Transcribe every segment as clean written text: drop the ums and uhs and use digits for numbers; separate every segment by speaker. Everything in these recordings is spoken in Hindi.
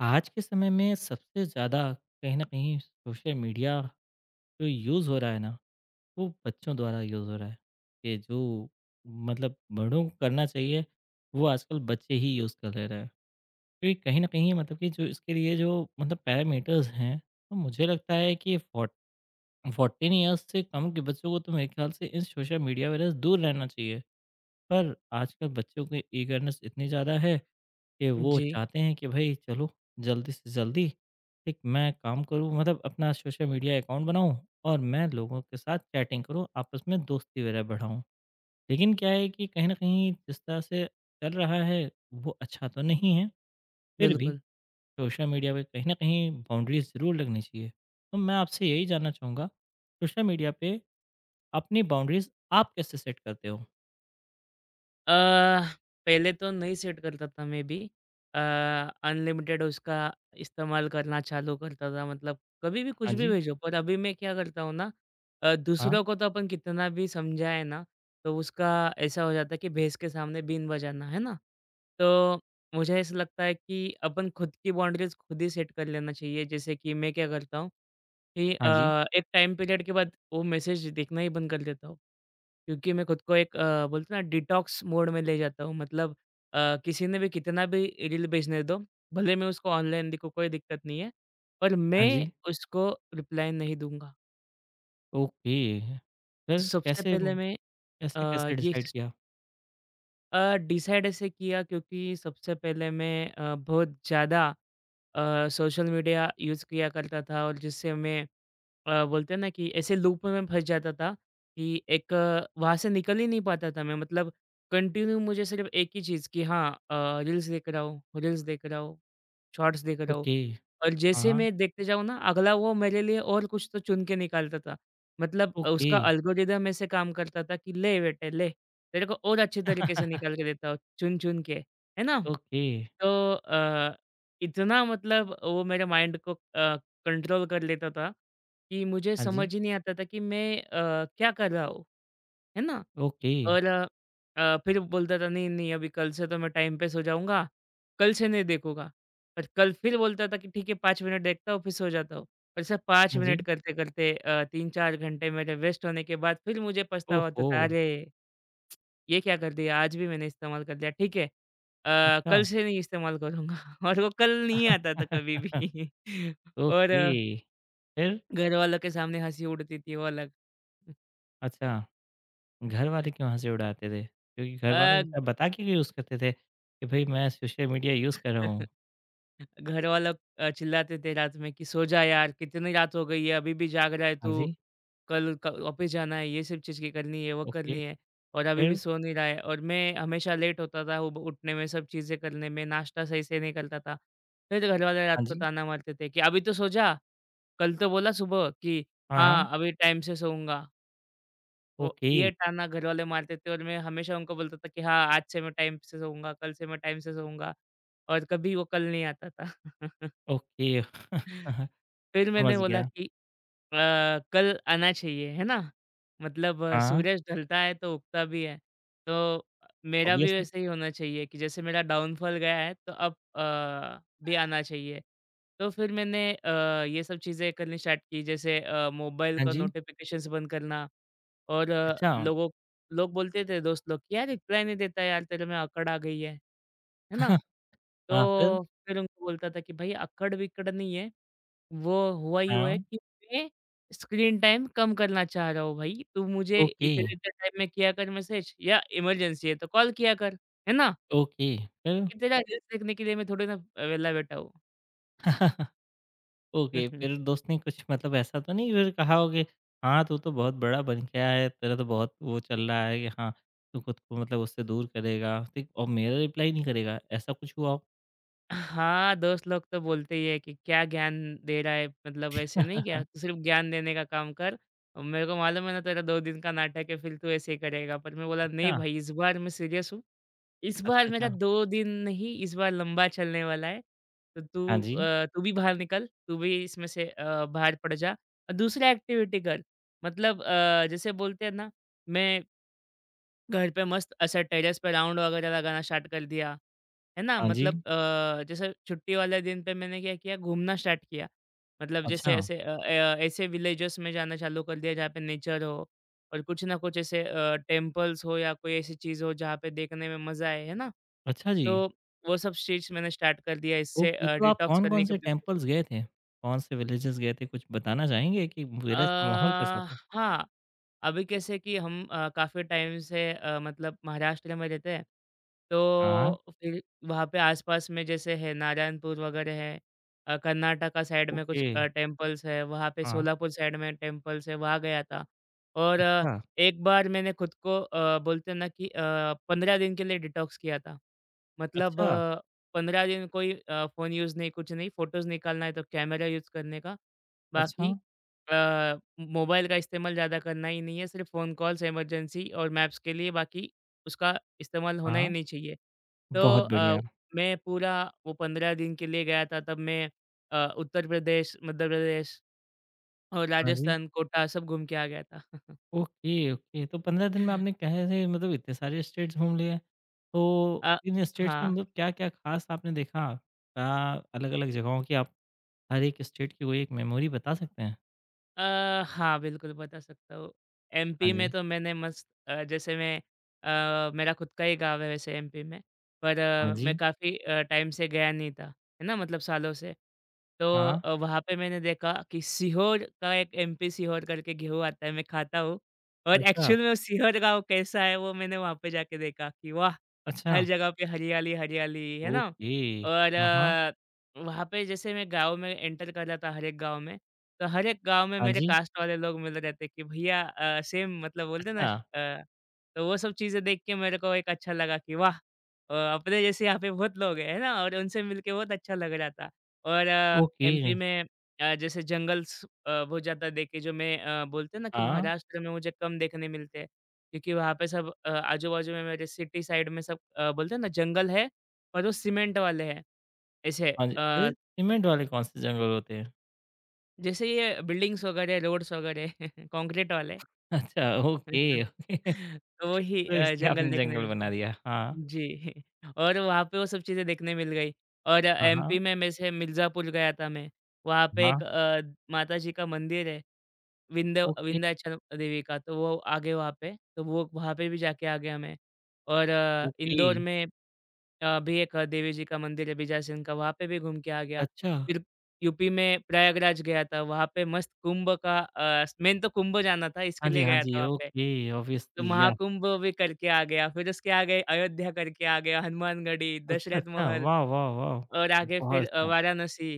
Speaker 1: आज के समय में सबसे ज़्यादा कहीं न कहीं सोशल मीडिया जो यूज़ हो रहा है ना, वो बच्चों द्वारा यूज़ हो रहा है। ये जो बड़ों को करना चाहिए, वो आजकल बच्चे ही यूज़ कर ले रहे हैं। क्योंकि कहीं न कहीं मतलब कि जो इसके लिए जो मतलब पैरामीटर्स हैं, तो मुझे लगता है कि फोर्ट 14 इयर्स से कम के बच्चों को तो मेरे ख़्याल से इन सोशल मीडिया वगैरह से दूर रहना चाहिए। पर आजकल बच्चों की ईगरनेस इतनी ज़्यादा है कि वो
Speaker 2: जी,
Speaker 1: चाहते हैं कि भाई चलो जल्दी से जल्दी एक मैं काम करूँ मतलब अपना सोशल मीडिया अकाउंट बनाऊँ और मैं लोगों के साथ चैटिंग करूँ आपस में दोस्ती वगैरह बढ़ाऊँ। लेकिन क्या है कि कहीं न कहीं जिस तरह से चल रहा है वो अच्छा तो नहीं है, फिर भी
Speaker 2: बिल्कुल।
Speaker 1: सोशल मीडिया पे कहीं न कहीं बाउंड्रीज़ ज़रूर लगनी चाहिए। तो मैं आपसे यही जानना चाहूँगा सोशल मीडिया पे अपनी बाउंड्रीज़ आप कैसे सेट करते हो?
Speaker 2: अ, पहले तो नहीं सेट करता था मैं भी। अनलिमिटेड उसका इस्तेमाल करना चालू करता था मतलब कभी भी कुछ
Speaker 1: हाँ
Speaker 2: भी
Speaker 1: जी।
Speaker 2: भेजो। पर अभी मैं क्या करता हूँ ना
Speaker 1: हाँ,
Speaker 2: दूसरों को तो अपन कितना भी समझाएँ ना, तो उसका ऐसा हो जाता है कि भैंस के सामने बीन बजाना, है ना? तो मुझे ऐसा लगता है कि अपन खुद की बाउंड्रीज़ खुद ही सेट कर लेना चाहिए। जैसे कि मैं क्या करता हूँ कि
Speaker 1: हाँ जी,
Speaker 2: एक टाइम पीरियड के बाद वो मैसेज देखना ही बंद कर देता हूँ। क्योंकि मैं खुद को एक बोलते हैं ना डिटॉक्स मोड में ले जाता हूँ। मतलब किसी ने भी कितना भी रील भेजने दो, भले मैं उसको ऑनलाइन देखूँ कोई दिक्कत नहीं है, पर
Speaker 1: हाँ
Speaker 2: मैं
Speaker 1: जी।
Speaker 2: उसको रिप्लाई नहीं दूँगा।
Speaker 1: ओके।
Speaker 2: तो
Speaker 1: फिर
Speaker 2: सबसे
Speaker 1: कैसे
Speaker 2: पहले मैं
Speaker 1: कैसे
Speaker 2: अ,
Speaker 1: कैसे
Speaker 2: ये
Speaker 1: डिसाइड
Speaker 2: सिस
Speaker 1: किया?
Speaker 2: डिसाइड ऐसे किया क्योंकि सबसे पहले मैं बहुत ज़्यादा सोशल मीडिया यूज़ किया करता था और जिससे मैं बोलते हैं ना कि ऐसे लूप में मैं फँस जाता था कि वहाँ से निकल ही नहीं पाता था मैं मतलब कंटिन्यू मुझे सिर्फ़ एक ही चीज़ कि हाँ रील्स देख रहा हूँ, रील्स देख रहा हूँ, शॉर्ट्स देख रहा हूँ
Speaker 1: ओके।
Speaker 2: और
Speaker 1: हाँ,
Speaker 2: जैसे
Speaker 1: हाँ।
Speaker 2: मैं देखते जाऊँ ना अगला वो मेरे लिए और कुछ तो चुन के निकालता था। मतलब
Speaker 1: ओके।
Speaker 2: उसका एल्गोरिदम ऐसे काम करता था कि ले बेटे ले, तेरे को और अच्छे तरीके से निकाल के देता हूँ चुन-चुन के, है ना?
Speaker 1: ओके।
Speaker 2: तो इतना मतलब वो मेरे माइंड को कंट्रोल कर लेता था कि मुझे
Speaker 1: हाँ जी।
Speaker 2: समझ ही नहीं आता था कि मैं क्या कर रहा हूँ, है ना?
Speaker 1: ओके।
Speaker 2: और फिर बोलता था नहीं, नहीं अभी कल से तो मैं टाइम पे सो जाऊँगा, कल से नहीं देखूँगा। और कल फिर बोलता था कि ठीक है 5 मिनट देखता हूँ फिर सो जाता हूँ। और सर 5
Speaker 1: हाँ जी।
Speaker 2: मिनट करते-करते 3-4 घंटे मेरे वेस्ट होने के बाद फिर मुझे पछतावा होता
Speaker 1: ओहो!
Speaker 2: था, अरे! ये क्या कर दिया? आज भी मैंने इस्तेमाल कर दिया, ठीक है।
Speaker 1: अच्छा।
Speaker 2: कल से नहीं इस्तेमाल करूँगा और वो कल नहीं आता था कभी भी और
Speaker 1: ओके। फिर?
Speaker 2: घर वालों के सामने हँसी उड़ती थी वो अलग।
Speaker 1: अच्छा, घरवाले क्यों हँसी उड़ाते थे? क्योंकि घरवालों
Speaker 2: अ,
Speaker 1: को क्या बता के भी यूज़ करते थे कि भई मैं सोशल मीडिया यूज़ कर रहा हूँ?
Speaker 2: घर वालों चिल्लाते थे रात में कि सो जा यार कितनी रात हो गई है अभी भी जाग रहा है
Speaker 1: हाँ
Speaker 2: तू
Speaker 1: जी।
Speaker 2: कल ऑफिस जाना है ये सब चीज़ की करनी है वो
Speaker 1: ओके।
Speaker 2: करनी है और अभी भी
Speaker 1: फिर?
Speaker 2: सो नहीं रहा है और मैं हमेशा लेट होता था वो उठने में सब चीज़ें करने में नाश्ता सही से नहीं करता था। फिर घर वाले रात
Speaker 1: हाँ
Speaker 2: को
Speaker 1: जी।
Speaker 2: ताना मारते थे कि अभी तो सो जा, कल तो बोला सुबह कि
Speaker 1: हाँ, हाँ।
Speaker 2: हाँ अभी टाइम से सोऊंगा। तो
Speaker 1: ओके।
Speaker 2: ये ताना घर वाले मारते थे और मैं हमेशा उनको बोलता था कि हाँ, आज से मैं टाइम से सोऊँगा, कल से मैं टाइम से सोऊँगा। और कभी वो कल नहीं आता था।
Speaker 1: ओके। समझ
Speaker 2: फिर मैंने बोला
Speaker 1: गया।
Speaker 2: कि अ, कल आना चाहिए, है ना? मतलब
Speaker 1: हाँ,
Speaker 2: सूरज ढलता है तो उगता भी है। तो मेरा भी
Speaker 1: ऑब्वियसली।
Speaker 2: वैसे ही होना चाहिए कि जैसे मेरा डाउनफॉल गया है तो अब भी आना चाहिए। तो फिर मैंने ये सब चीज़ें करनी स्टार्ट की जैसे मोबाइल
Speaker 1: हाँ
Speaker 2: का
Speaker 1: जी।
Speaker 2: नोटिफ़िकेशंस बंद करना और
Speaker 1: अच्छा।
Speaker 2: लोग बोलते थे दोस्त लोग कि यार रिप्लाई नहीं देता यार तेरे में अकड़ आ गई है। है ना?
Speaker 1: हाँ, फिर?
Speaker 2: तो फिर उनको बोलता था कि भाई अकड़-विकड़ नहीं है। वो हुआ ही हुआ है
Speaker 1: हाँ,
Speaker 2: कि मैं स्क्रीन टाइम कम करना चाह रहा हूँ भाई, तू मुझे
Speaker 1: ओके,
Speaker 2: इतने-इतने टाइम में किया कर मैसेज या इमरजेंसी है तो कॉल किया कर, है ना?
Speaker 1: ओके, फिर?
Speaker 2: कि तेरा रील्स देखने के लिए मैं थोड़ी ना वेला बैठा हूँ।
Speaker 1: ओके, फिर दोस्त ने कुछ मतलब ऐसा तो नहीं फिर कहा हो कि हाँ, तू तो बहुत बड़ा बन गया है, तेरा तो बहुत वो चल रहा है कि हाँ, तू खुद को मतलब उससे दूर करेगा ठीक और मेरा रिप्लाई नहीं करेगा, ऐसा कुछ हुआ हो?
Speaker 2: हाँ, दोस्त लोग तो बोलते ही है कि क्या ज्ञान दे रहा है, मतलब ऐसे नहीं क्या, तू सिर्फ़ ज्ञान देने का काम कर। और मेरे को मालूम है ना तेरा 2 दिन का नाटक है फिर तू ऐसे ही करेगा। पर मैं बोला नहीं
Speaker 1: अच्छा,
Speaker 2: भाई इस बार मैं सीरियस हूँ। इस
Speaker 1: अच्छा,
Speaker 2: बार मेरा
Speaker 1: अच्छा।
Speaker 2: 2 दिन नहीं इस बार लंबा चलने वाला है। तो
Speaker 1: हाँ जी,
Speaker 2: तू भी बाहर निकल, तू भी इसमें से बाहर पड़ जा और दूसरा एक्टिविटी कर। मतलब जैसे बोलते हैं ना मैं घर पे मस्त ऐसा टेरेस पे राउंड वगैरह लगाना स्टार्ट कर दिया, है ना?
Speaker 1: हाँ जी।
Speaker 2: मतलब जैसे छुट्टी वाले दिन पे मैंने क्या किया घूमना स्टार्ट किया। मतलब
Speaker 1: अच्छा,
Speaker 2: जैसे ऐसे ऐसे विलेजेस में जाना चालू कर दिया जहाँ पे नेचर हो और कुछ ना कुछ ऐसे टेम्पल्स हो या कोई ऐसी चीज़ हो जहाँ पे देखने में मज़ा आए, है ना?
Speaker 1: अच्छा जी।
Speaker 2: तो वो सब चीज़ मैंने स्टार्ट कर दिया इससे
Speaker 1: ओके, तो आप
Speaker 2: डिटॉक्स
Speaker 1: कौन-कौन
Speaker 2: करने के
Speaker 1: से
Speaker 2: प्रोसेस।
Speaker 1: टेम्पल्स गए थे? कौन से विलेजेस गए थे, कुछ बताना चाहेंगे कि
Speaker 2: अ,
Speaker 1: विलेज का माहौल कैसा था?
Speaker 2: हाँ, अभी कैसे कि हम काफ़ी टाइम से मतलब महाराष्ट्र में रहते हैं,
Speaker 1: हाँ,
Speaker 2: तो फिर वहाँ पे आस-पास में जैसे है नारायणपुर वगैरह है। कर्नाटका साइड में कुछ
Speaker 1: ओके,
Speaker 2: टेम्पल्स है, वहाँ पे
Speaker 1: हाँ,
Speaker 2: सोलापुर साइड में टेम्पल्स है, वहाँ गया था। और
Speaker 1: अच्छा,
Speaker 2: एक बार मैंने खुद को बोलते हैं ना कि 15 दिन के लिए डिटॉक्स किया था। मतलब
Speaker 1: अच्छा।
Speaker 2: 15 दिन कोई फ़ोन यूज़ नहीं, कुछ नहीं, फ़ोटोज़ निकालना है तो कैमरा यूज़ करने का,
Speaker 1: अच्छा,
Speaker 2: बाकी मोबाइल का इस्तेमाल ज़्यादा करना ही नहीं है, सिर्फ़ फ़ोन कॉल्स, इमरजेंसी और मैप्स के लिए बाकी उसका इस्तेमाल होना ही
Speaker 1: हाँ।
Speaker 2: नहीं चाहिए। तो
Speaker 1: बहुत बढ़िया।
Speaker 2: मैं पूरा वो 15 दिन के लिए गया था तब मैं उत्तर प्रदेश, मध्य प्रदेश और
Speaker 1: हाँ जी।
Speaker 2: राजस्थान, कोटा सब घूम के आ गया था।
Speaker 1: Okay, okay. तो 15 दिन में आपने कैसे मतलब इतने सारे स्टेट्स घूम लिए। तो
Speaker 2: अ,
Speaker 1: इन स्टेट्स में
Speaker 2: हाँ।
Speaker 1: मतलब क्या-क्या ख़ास आपने देखा? क्या अलग-अलग जगहों की आप हर एक स्टेट की कोई एक मेमोरी बता सकते हैं?
Speaker 2: हाँ, बिल्कुल बता सकता हूँ।
Speaker 1: हाँ
Speaker 2: एमपी में
Speaker 1: जी,
Speaker 2: तो मैंने मस्त जैसे मैं मेरा खुद का ही गाँव है वैसे एमपी में, पर
Speaker 1: हाँ
Speaker 2: मैं
Speaker 1: जी।
Speaker 2: काफ़ी टाइम से गया नहीं था, है ना? मतलब सालों से। तो
Speaker 1: हाँ।
Speaker 2: वहाँ पे मैंने देखा कि सीहोर का एक एमपी सीहोर करके गेहूँ आता है, मैं खाता हूँ और
Speaker 1: अच्छा,
Speaker 2: एक्चुअल में वो सीहोर गाँव कैसा है वो मैंने वहाँ पे जाके देखा कि वाह!
Speaker 1: अच्छा।
Speaker 2: हर जगह पे हरियाली, हरियाली, है ना?
Speaker 1: ओके।
Speaker 2: और
Speaker 1: हाँ, हाँ।
Speaker 2: वहाँ पे जैसे मैं गाँव में एंटर कर रहा था हर एक गाँव में, तो हर एक गाँव में
Speaker 1: हाँ
Speaker 2: मेरे
Speaker 1: जी।
Speaker 2: कास्ट वाले लोग मिल रहे थे कि भैया सेम मतलब बोलते हैं ना
Speaker 1: अच्छा,
Speaker 2: अ, तो वो सब चीज़ें देख के मेरे को एक अच्छा लगा कि वाह! अपने जैसे यहाँ पे बहुत लोग हैं, है ना? और उनसे मिलके बहुत अच्छा लग रहा था। और
Speaker 1: ओके।
Speaker 2: एमपी में जैसे जंगल्स बहुत ज़्यादा देखे जो मैं बोलते हैं ना कि
Speaker 1: हाँ,
Speaker 2: महाराष्ट्र में मुझे कम देखने मिलते हैं, क्योंकि वहाँ पे सब आजू-बाजू में मेरे सिटी साइड में सब बोलते हैं ना जंगल है और वो सीमेंट वाले हैं, ऐसे
Speaker 1: हाँ जी। अरे!
Speaker 2: अ
Speaker 1: सीमेंट वाले कौन-से जंगल होते हैं?
Speaker 2: जैसे ये बिल्डिंग्स वगैरह, रोड्स वगैरह कॉन्क्रीट वाले
Speaker 1: अच्छा, ओके, ओके।
Speaker 2: तो ही
Speaker 1: तो इसलिए
Speaker 2: जंगल
Speaker 1: आपने
Speaker 2: देखने
Speaker 1: जंगल
Speaker 2: मिलते
Speaker 1: बना
Speaker 2: हैं।
Speaker 1: दिया। हाँ,
Speaker 2: जी और वहाँ पे वो सब चीज़ें देखने मिल गई और
Speaker 1: हाँ,
Speaker 2: एमपी
Speaker 1: हाँ।
Speaker 2: में वैसे मिर्ज़ापुर गया था मैं। वहाँ पे
Speaker 1: हाँ,
Speaker 2: एक माताजी का मंदिर है विंध्य
Speaker 1: ओके,
Speaker 2: विंध्याचल देवी का तो वो आ गए वहाँ पे, तो वो वहाँ पे भी जाके आ गया मैं। और
Speaker 1: ओके।
Speaker 2: इंदौर में अभी एक देवी जी का मंदिर है बीजासन का, वहाँ पे भी घूम के आ गया।
Speaker 1: अच्छा।
Speaker 2: फिर यूपी में प्रयागराज गया था, वहाँ पे मस्त कुंभ का मेन तो कुंभ जाना था इसके
Speaker 1: हाँ जी,
Speaker 2: लिए
Speaker 1: हाँ
Speaker 2: गया था
Speaker 1: जी,
Speaker 2: वहाँ पे।
Speaker 1: ओके,
Speaker 2: तो
Speaker 1: ऑब्वियसली या
Speaker 2: महाकुंभ भी करके आ गया, फिर उसके आगे अयोध्या करके आ गया, हनुमानगढ़ी,
Speaker 1: अच्छा,
Speaker 2: दशरथ
Speaker 1: अच्छा,
Speaker 2: महल
Speaker 1: वाह, वाह, वाह!
Speaker 2: और आगे
Speaker 1: बहुत
Speaker 2: फिर
Speaker 1: अच्छा।
Speaker 2: वाराणसी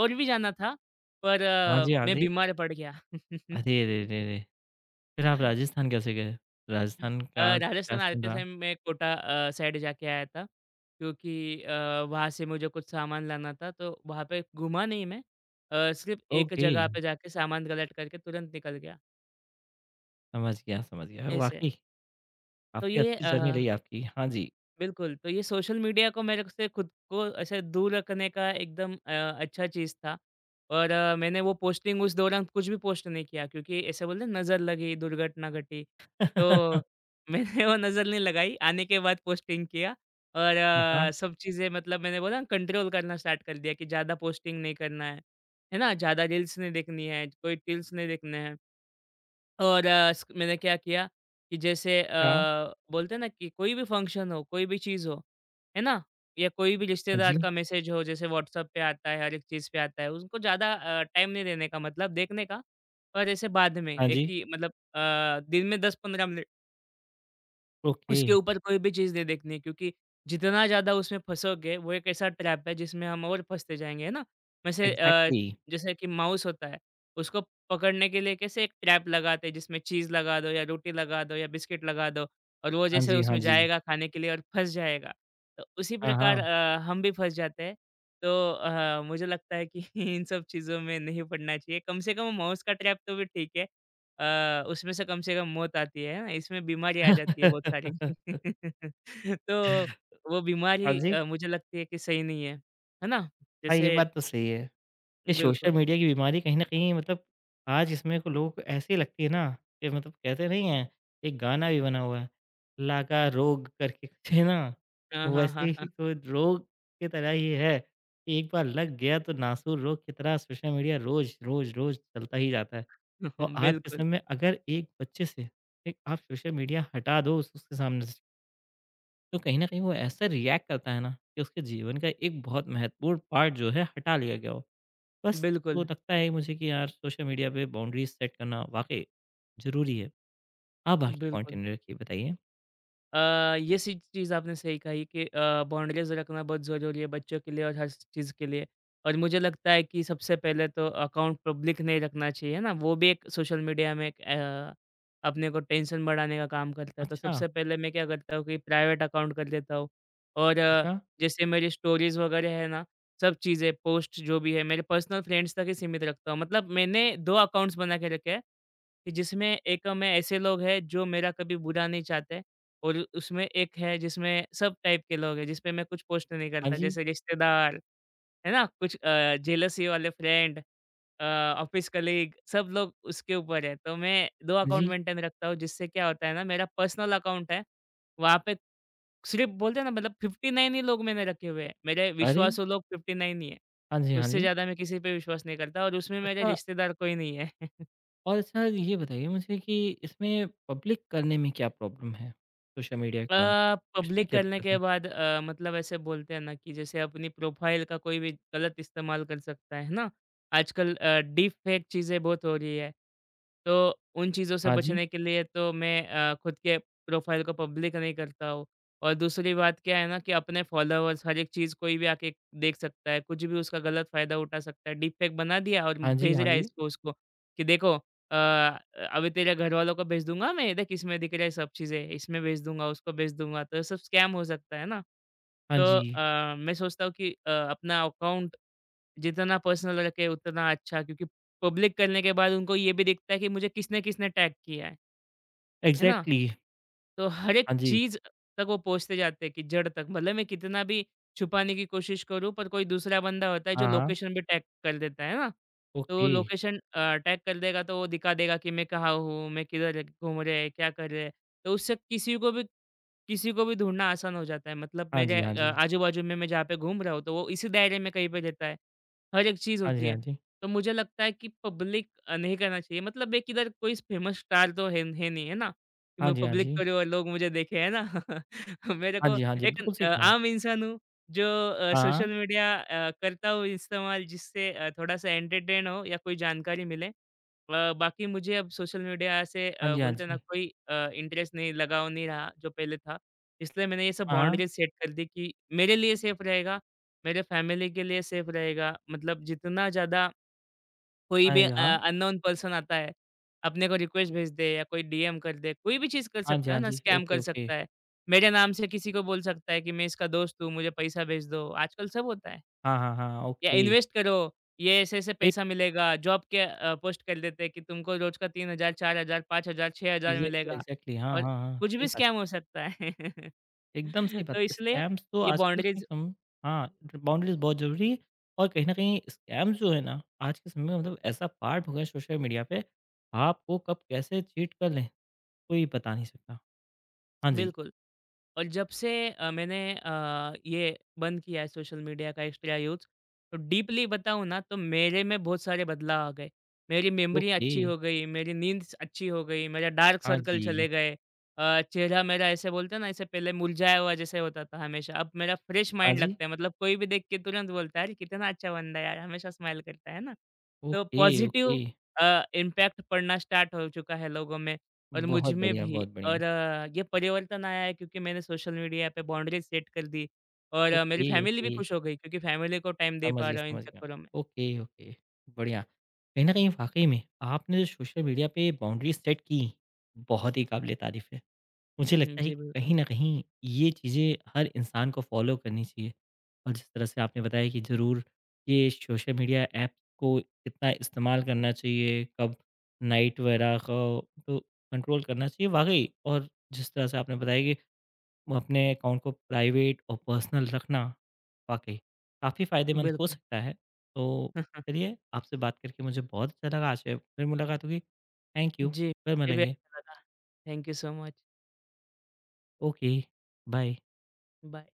Speaker 2: और भी जाना था, पर
Speaker 1: हाँ जी, हाँ
Speaker 2: मैं
Speaker 1: जी।
Speaker 2: बीमार पड़ गया।
Speaker 1: अरे रे रे रे! फिर आप राजस्थान कैसे गए? राजस्थान का क्या
Speaker 2: राजस्थान
Speaker 1: सीन
Speaker 2: आते
Speaker 1: रहा?
Speaker 2: समय मैं कोटा साइड जाके आया था क्योंकि वहाँ से मुझे कुछ सामान लाना था तो वहाँ पे घूमा नहीं मैं, सिर्फ एक
Speaker 1: ओके,
Speaker 2: जगह पे जाके सामान कलेक्ट करके तुरंत निकल गया
Speaker 1: समझ गया, समझ गया।
Speaker 2: ऐसे।
Speaker 1: वाक़ई
Speaker 2: तो
Speaker 1: काफ़ी
Speaker 2: ये
Speaker 1: अच्छी
Speaker 2: अ
Speaker 1: जर्नी रही आपकी। हाँ जी।
Speaker 2: बिल्कुल, तो ये सोशल मीडिया को मेरे से खुद को ऐसे दूर रखने का एकदम अच्छा चीज़ था और मैंने वो पोस्टिंग उस दौरान कुछ भी पोस्ट नहीं किया क्योंकि ऐसे बोलते हैं नज़र लगी, दुर्घटना घटी। तो मैंने वो नज़र नहीं लगाई, आने के बाद पोस्टिंग किया और
Speaker 1: यहाँ
Speaker 2: सब चीज़ें मतलब मैंने बोला ना कंट्रोल करना स्टार्ट कर दिया कि ज़्यादा पोस्टिंग नहीं करना है ना? ज़्यादा रील्स नहीं देखनी है, कोई टिल्स नहीं देखने हैं। और अ, स मैंने क्या किया कि जैसे
Speaker 1: का
Speaker 2: बोलते हैं ना कि कोई भी फंक्शन हो, कोई भी चीज़ हो, है ना? या कोई भी
Speaker 1: हाँ जी,
Speaker 2: रिश्तेदार का मैसेज हो जैसे व्हाट्सएप पे आता है, हर एक चीज़ पे आता है, उसको ज़्यादा टाइम नहीं देने का मतलब देखने का और ऐसे बाद में
Speaker 1: हाँ
Speaker 2: एक
Speaker 1: जी,
Speaker 2: ही मतलब दिन में 10-15 मिनट
Speaker 1: ओके,
Speaker 2: उसके ऊपर कोई भी चीज़ नहीं देखनी है, क्योंकि जितना ज़्यादा उसमें फँसोगे वो एक ऐसा ट्रैप है जिसमें हम और फँसते जाएँगे, है ना? वैसे
Speaker 1: एग्ज़ैक्टली।
Speaker 2: जैसे कि माउस होता है, उसको पकड़ने के लिए कैसे एक ट्रैप लगाते हैं जिसमें चीज़ लगा दो या रोटी लगा दो या बिस्किट लगा दो, और वो
Speaker 1: हाँ
Speaker 2: जैसे
Speaker 1: जी, हाँ
Speaker 2: उसमें
Speaker 1: जी।
Speaker 2: जाएगा खाने के लिए और फँस जाएगा। तो उसी
Speaker 1: हाँ,
Speaker 2: प्रकार
Speaker 1: हाँ।
Speaker 2: हम भी फँस जाते हैं। तो मुझे लगता है कि इन सब चीज़ों में नहीं पड़ना चाहिए। कम से कम माउस का ट्रैप तो भी ठीक है। उसमें से कम मौत आती है ना, इसमें बीमारी आ जाती है बहुत सारी। तो वो
Speaker 1: हाँ
Speaker 2: बीमारी
Speaker 1: जी,
Speaker 2: मुझे लगती है कि सही नहीं है, है ना?
Speaker 1: हाँ, ये
Speaker 2: जैसे
Speaker 1: बात तो सही है। ये सोशल
Speaker 2: बिल्कुल।
Speaker 1: मीडिया की बीमारी कहीं न कहीं मतलब आज इसमें को लोगों को ऐसी लगती है ना कि मतलब कहते नहीं हैं, एक गाना भी बना हुआ है, लागा रोग करके कुछ है ना?
Speaker 2: हाँ,
Speaker 1: तो
Speaker 2: हाँ, हाँ,
Speaker 1: वैसे
Speaker 2: हाँ।
Speaker 1: ही तो रोग की तरह ही है, कि एक बार लग गया तो नासूर रोग की तरह सोशल मीडिया रोज़, रोज़, रोज़ चलता ही जाता है। और आज के
Speaker 2: बिल्कुल,
Speaker 1: समय में अगर एक बच्चे से एक आप सोशल मीडिया हटा दो उस उसके सामने से, तो कहीं न कहीं वो ऐसा रिएक्ट करता है ना कि उसके जीवन का एक बहुत महत्वपूर्ण पार्ट जो है हटा लिया गया हो। बस तो
Speaker 2: बिल्कुल,
Speaker 1: लगता है मुझे कि यार सोशल मीडिया पे बाउंड्रीज सेट करना वाक़ई ज़रूरी है। आप बाकी
Speaker 2: बिल्कुल।
Speaker 1: कंटिन्यू रखिए, बताइए।
Speaker 2: अ, ये सी चीज़ आपने सही कही कि बाउंड्रीज़ रखना बहुत ज़रूरी है बच्चों के लिए और हर चीज़ के लिए। और मुझे लगता है कि सबसे पहले तो अकाउंट पब्लिक नहीं रखना चाहिए, है ना? वो भी एक सोशल मीडिया में एक अपने को टेंशन बढ़ाने का काम करता है। तो
Speaker 1: अच्छा,
Speaker 2: सबसे पहले मैं क्या करता हूँ कि प्राइवेट अकाउंट कर लेता हूँ, और
Speaker 1: अच्छा।
Speaker 2: जैसे मेरी स्टोरीज़ वगैरह है ना, सब चीज़ें पोस्ट जो भी है, मेरे पर्सनल फ्रेंड्स तक ही सीमित रखता हूँ। मतलब मैंने 2 अकाउंट्स बना के रखे हैं। कि जिसमें एक में ऐसे लोग हैं जो मेरा कभी बुरा नहीं चाहते, और उसमें एक है जिसमें सब टाइप के लोग हैं जिस पे मैं कुछ पोस्ट नहीं
Speaker 1: हाँ
Speaker 2: करता,
Speaker 1: जी,
Speaker 2: जैसे रिश्तेदार, है ना? कुछ जेलसी वाले फ्रेंड, ऑफिस कलीग, सब लोग उसके ऊपर है। तो मैं दो
Speaker 1: हाँ
Speaker 2: अकाउंट
Speaker 1: जी।
Speaker 2: मेंटेन रखता हूँ, जिससे क्या होता है ना, मेरा पर्सनल अकाउंट है, वहाँ पे सिर्फ बोलते हैं ना, मतलब 59 ही लोग मैंने रखे हुए हैं, मेरे
Speaker 1: अरे!
Speaker 2: विश्वासु लोग 59 ही है।
Speaker 1: हाँ जी, हाँ
Speaker 2: उससे
Speaker 1: जी।
Speaker 2: ज्यादा मैं किसी पे विश्वास नहीं करता, और उसमें मेरे
Speaker 1: अच्छा
Speaker 2: रिश्तेदार कोई नहीं है।
Speaker 1: और अच्छा ये बताइए मुझे कि इसमें पब्लिक करने में क्या प्रॉब्लम है? सोशल मीडिया अकाउंट, इसमें
Speaker 2: पब्लिक
Speaker 1: क्या
Speaker 2: करने
Speaker 1: दिक्कत
Speaker 2: के
Speaker 1: है?
Speaker 2: बाद मतलब ऐसे बोलते हैं ना कि जैसे अपनी प्रोफाइल का कोई भी गलत इस्तेमाल कर सकता है ना? आजकल डीप फेक चीजें बहुत हो रही है। तो उन चीज़ों से
Speaker 1: हाँ जी,
Speaker 2: बचने के लिए तो मैं खुद के प्रोफाइल को पब्लिक नहीं करता हूँ। और दूसरी बात क्या है ना कि अपने फॉलोअर्स हर एक चीज़ कोई भी आके देख सकता है, कुछ भी उसका गलत फ़ायदा उठा सकता है। डीप फेक बना दिया और
Speaker 1: हाँ जी,
Speaker 2: भेज
Speaker 1: हाँ
Speaker 2: रहा है
Speaker 1: जी।
Speaker 2: इसको उसको कि देखो, अभी तेरे घरवालों को भेज दूँगा मैं, देख इसमें दिख रहा है सब चीज़ें, इसमें भेज दूँगा, उसको भेज दूँगा। तो ये सब स्कैम हो सकता है ना।
Speaker 1: हाँ
Speaker 2: तो
Speaker 1: जी,
Speaker 2: मैं सोचता हूँ कि अपना अकाउंट जितना पर्सनल रखे उतना अच्छा, क्योंकि पब्लिक करने के बाद उनको ये भी दिखता है कि मुझे किसने किसने टैग किया है ना?
Speaker 1: एग्ज़ैक्टली।
Speaker 2: तो हर एक
Speaker 1: हाँ जी,
Speaker 2: चीज़ तक वो पहुँचते जाते हैं, कि जड़ तक। मतलब मैं कितना भी छुपाने की कोशिश करूँ पर कोई दूसरा बंदा होता है जो
Speaker 1: हाँ, हाँ।
Speaker 2: लोकेशन भी टैग कर देता है ना। तो
Speaker 1: ओके।
Speaker 2: लोकेशन टैग कर देगा तो वो दिखा देगा कि मैं कहाँ हूँ, मैं किधर घूम रहे हैं, क्या कर रहे हैं। तो उससे किसी को भी ढूँढना आसान हो जाता है। मतलब
Speaker 1: हाँ जी,
Speaker 2: मेरे
Speaker 1: हाँ जी।
Speaker 2: आजू-बाजू में मैं जहाँ पे घूम रहा हूँ तो वो इसी दायरे में कहीं पे रहता है। हर एक चीज़
Speaker 1: हाँ जी,
Speaker 2: होती
Speaker 1: हाँ
Speaker 2: है।
Speaker 1: जी।
Speaker 2: तो मुझे लगता है कि पब्लिक नहीं करना चाहिए। मतलब एक इधर कोई फ़ेमस स्टार तो है नहीं, है ना? कि
Speaker 1: हाँ
Speaker 2: मैं
Speaker 1: जी, हाँ
Speaker 2: पब्लिक
Speaker 1: जी।
Speaker 2: करूँ और लोग मुझे देखें, है ना? मेरे
Speaker 1: हाँ
Speaker 2: को
Speaker 1: जी, हाँ जी,
Speaker 2: एक
Speaker 1: बिल्कुल सही कहा।
Speaker 2: आम इंसान हूँ जो
Speaker 1: हाँ,
Speaker 2: सोशल मीडिया करता हूँ इस्तेमाल, जिससे थोड़ा-सा एंटरटेन हो या कोई जानकारी मिले। बाकी मुझे अब सोशल मीडिया से
Speaker 1: हाँ जी, हाँ
Speaker 2: बोलते हैं ना,
Speaker 1: जी।
Speaker 2: कोई इंटरेस्ट नहीं, लगाव नहीं रहा जो पहले था। इसलिए मैंने ये सब
Speaker 1: हाँ, हाँ।
Speaker 2: बाउंड्रीज़ सेट कर दी कि मेरे लिए सेफ रहेगा, मेरे फैमिली के लिए सेफ रहेगा। मतलब जितना ज़्यादा कोई
Speaker 1: हाँ
Speaker 2: भी
Speaker 1: जी, हाँ।
Speaker 2: अननोन पर्सन आता है, अपने को रिक्वेस्ट भेज दे या कोई डीएम कर दे, कोई भी चीज़ कर
Speaker 1: हाँ जी,
Speaker 2: सकता है
Speaker 1: हाँ
Speaker 2: ना,
Speaker 1: जी।
Speaker 2: स्कैम
Speaker 1: ओके,
Speaker 2: कर
Speaker 1: ओके।
Speaker 2: सकता है। मेरे नाम से किसी को बोल सकता है कि मैं इसका दोस्त हूँ, मुझे पैसा भेज दो, आजकल सब होता है।
Speaker 1: हाँ, हाँ, हाँ,
Speaker 2: या
Speaker 1: ओके।
Speaker 2: इन्वेस्ट करो, ये ऐसे-ऐसे
Speaker 1: सही
Speaker 2: पैसा मिलेगा, जॉब के पोस्ट कर देते हैं कि तुमको रोज़ का 3000, 4000, 5000, 6000
Speaker 1: एग्ज़ैक्टली,
Speaker 2: मिलेगा,
Speaker 1: एग्ज़ैक्टली। हाँ,
Speaker 2: और
Speaker 1: हाँ, हाँ।
Speaker 2: कुछ
Speaker 1: सही
Speaker 2: भी
Speaker 1: बात
Speaker 2: स्कैम हो सकता है।
Speaker 1: है। एकदम सही बात
Speaker 2: तो
Speaker 1: है।
Speaker 2: इसलिए
Speaker 1: स्कैम्स तो
Speaker 2: ये
Speaker 1: आजकल के
Speaker 2: बाउंड्रीज़
Speaker 1: सम हाँ, बाउंड्रीज़ बहुत ज़रूरी है और कहीं न कहीं स्कैम्स जो है ना, आज के समय में मतलब ऐसा पार्ट हो गया है सोशल मीडिया पे, आपको कब कैसे चीट कर लें, कोई बता नहीं सकता। हाँ जी,
Speaker 2: बिल्कुल। और जब से मैंने ये बंद किया है सोशल मीडिया का एक्स्ट्रा यूज़, तो डीपली बताऊँ ना, तो मेरे में बहुत सारे बदलाव आ गए। मेरी मेमोरी
Speaker 1: ओके।
Speaker 2: अच्छी हो गई, मेरी नींद स अच्छी हो गई, मेरा डार्क
Speaker 1: हाँ
Speaker 2: सर्कल
Speaker 1: जी।
Speaker 2: चले गए। चेहरा मेरा ऐसे बोलते हैं ना, ऐसे पहले मुरझाया हुआ जैसे होता था हमेशा, अब मेरा फ्रेश
Speaker 1: हाँ
Speaker 2: माइंड
Speaker 1: जी।
Speaker 2: लगता है, मतलब कोई भी देख के तुरंत बोलता है, "अरे! कितना अच्छा बंदा है यार, हमेशा स्माइल करता है।" है ना? तो
Speaker 1: ओके, ओके।
Speaker 2: पॉज़िटिव इम्पैक्ट पड़ना स्टार्ट हो चुका है लोगों में। और मुझ
Speaker 1: बहुत
Speaker 2: में
Speaker 1: बढ़िया,
Speaker 2: भी।
Speaker 1: बहुत बढ़िया।
Speaker 2: और ये परिवर्तन आया है क्योंकि मैंने सोशल मीडिया पे बाउंड्रीज सेट कर दी। और मेरी
Speaker 1: ओके,
Speaker 2: फैमिली भी
Speaker 1: ओके।
Speaker 2: खुश हो गई क्योंकि फैमिली को टाइम दे
Speaker 1: समझ
Speaker 2: पा
Speaker 1: गया,
Speaker 2: रहा हूँ इन
Speaker 1: समझ गया।
Speaker 2: चक्करों में।
Speaker 1: ओके, ओके, बढ़िया। कहीं न कहीं वाक़ई में आपने जो सोशल मीडिया पे बाउंड्रीज़ सेट की, बहुत ही काबिल-ए-तारीफ़ है। मुझे
Speaker 2: हुँ,
Speaker 1: लगता है
Speaker 2: जी,
Speaker 1: कि
Speaker 2: बिल्कुल,
Speaker 1: कहीं न कहीं ये चीज़ें हर इंसान को फ़ॉलो करनी चाहिए और जिस तरह से आपने बताया कि ज़रूर ये सोशल मीडिया ऐप को कितना इस्तेमाल करना चाहिए, कब नाइट वगैरह को तो कंट्रोल करना चाहिए वाक़ई और जिस तरह से आपने बताया कि वो अपने अकाउंट को प्राइवेट और पर्सनल रखना वाकई काफ़ी फ़ायदेमंद हो
Speaker 2: बिल्कुल।
Speaker 1: सकता है। तो चलिए आपसे बात करके मुझे बहुत अच्छा लगा, आशा है फिर मुलाकात होगी। थैंक यू,
Speaker 2: जी,
Speaker 1: फिर
Speaker 2: मुझे भी
Speaker 1: मिलेंगे।
Speaker 2: अच्छा लगा। Thank you so much.
Speaker 1: Okay, bye.
Speaker 2: Bye.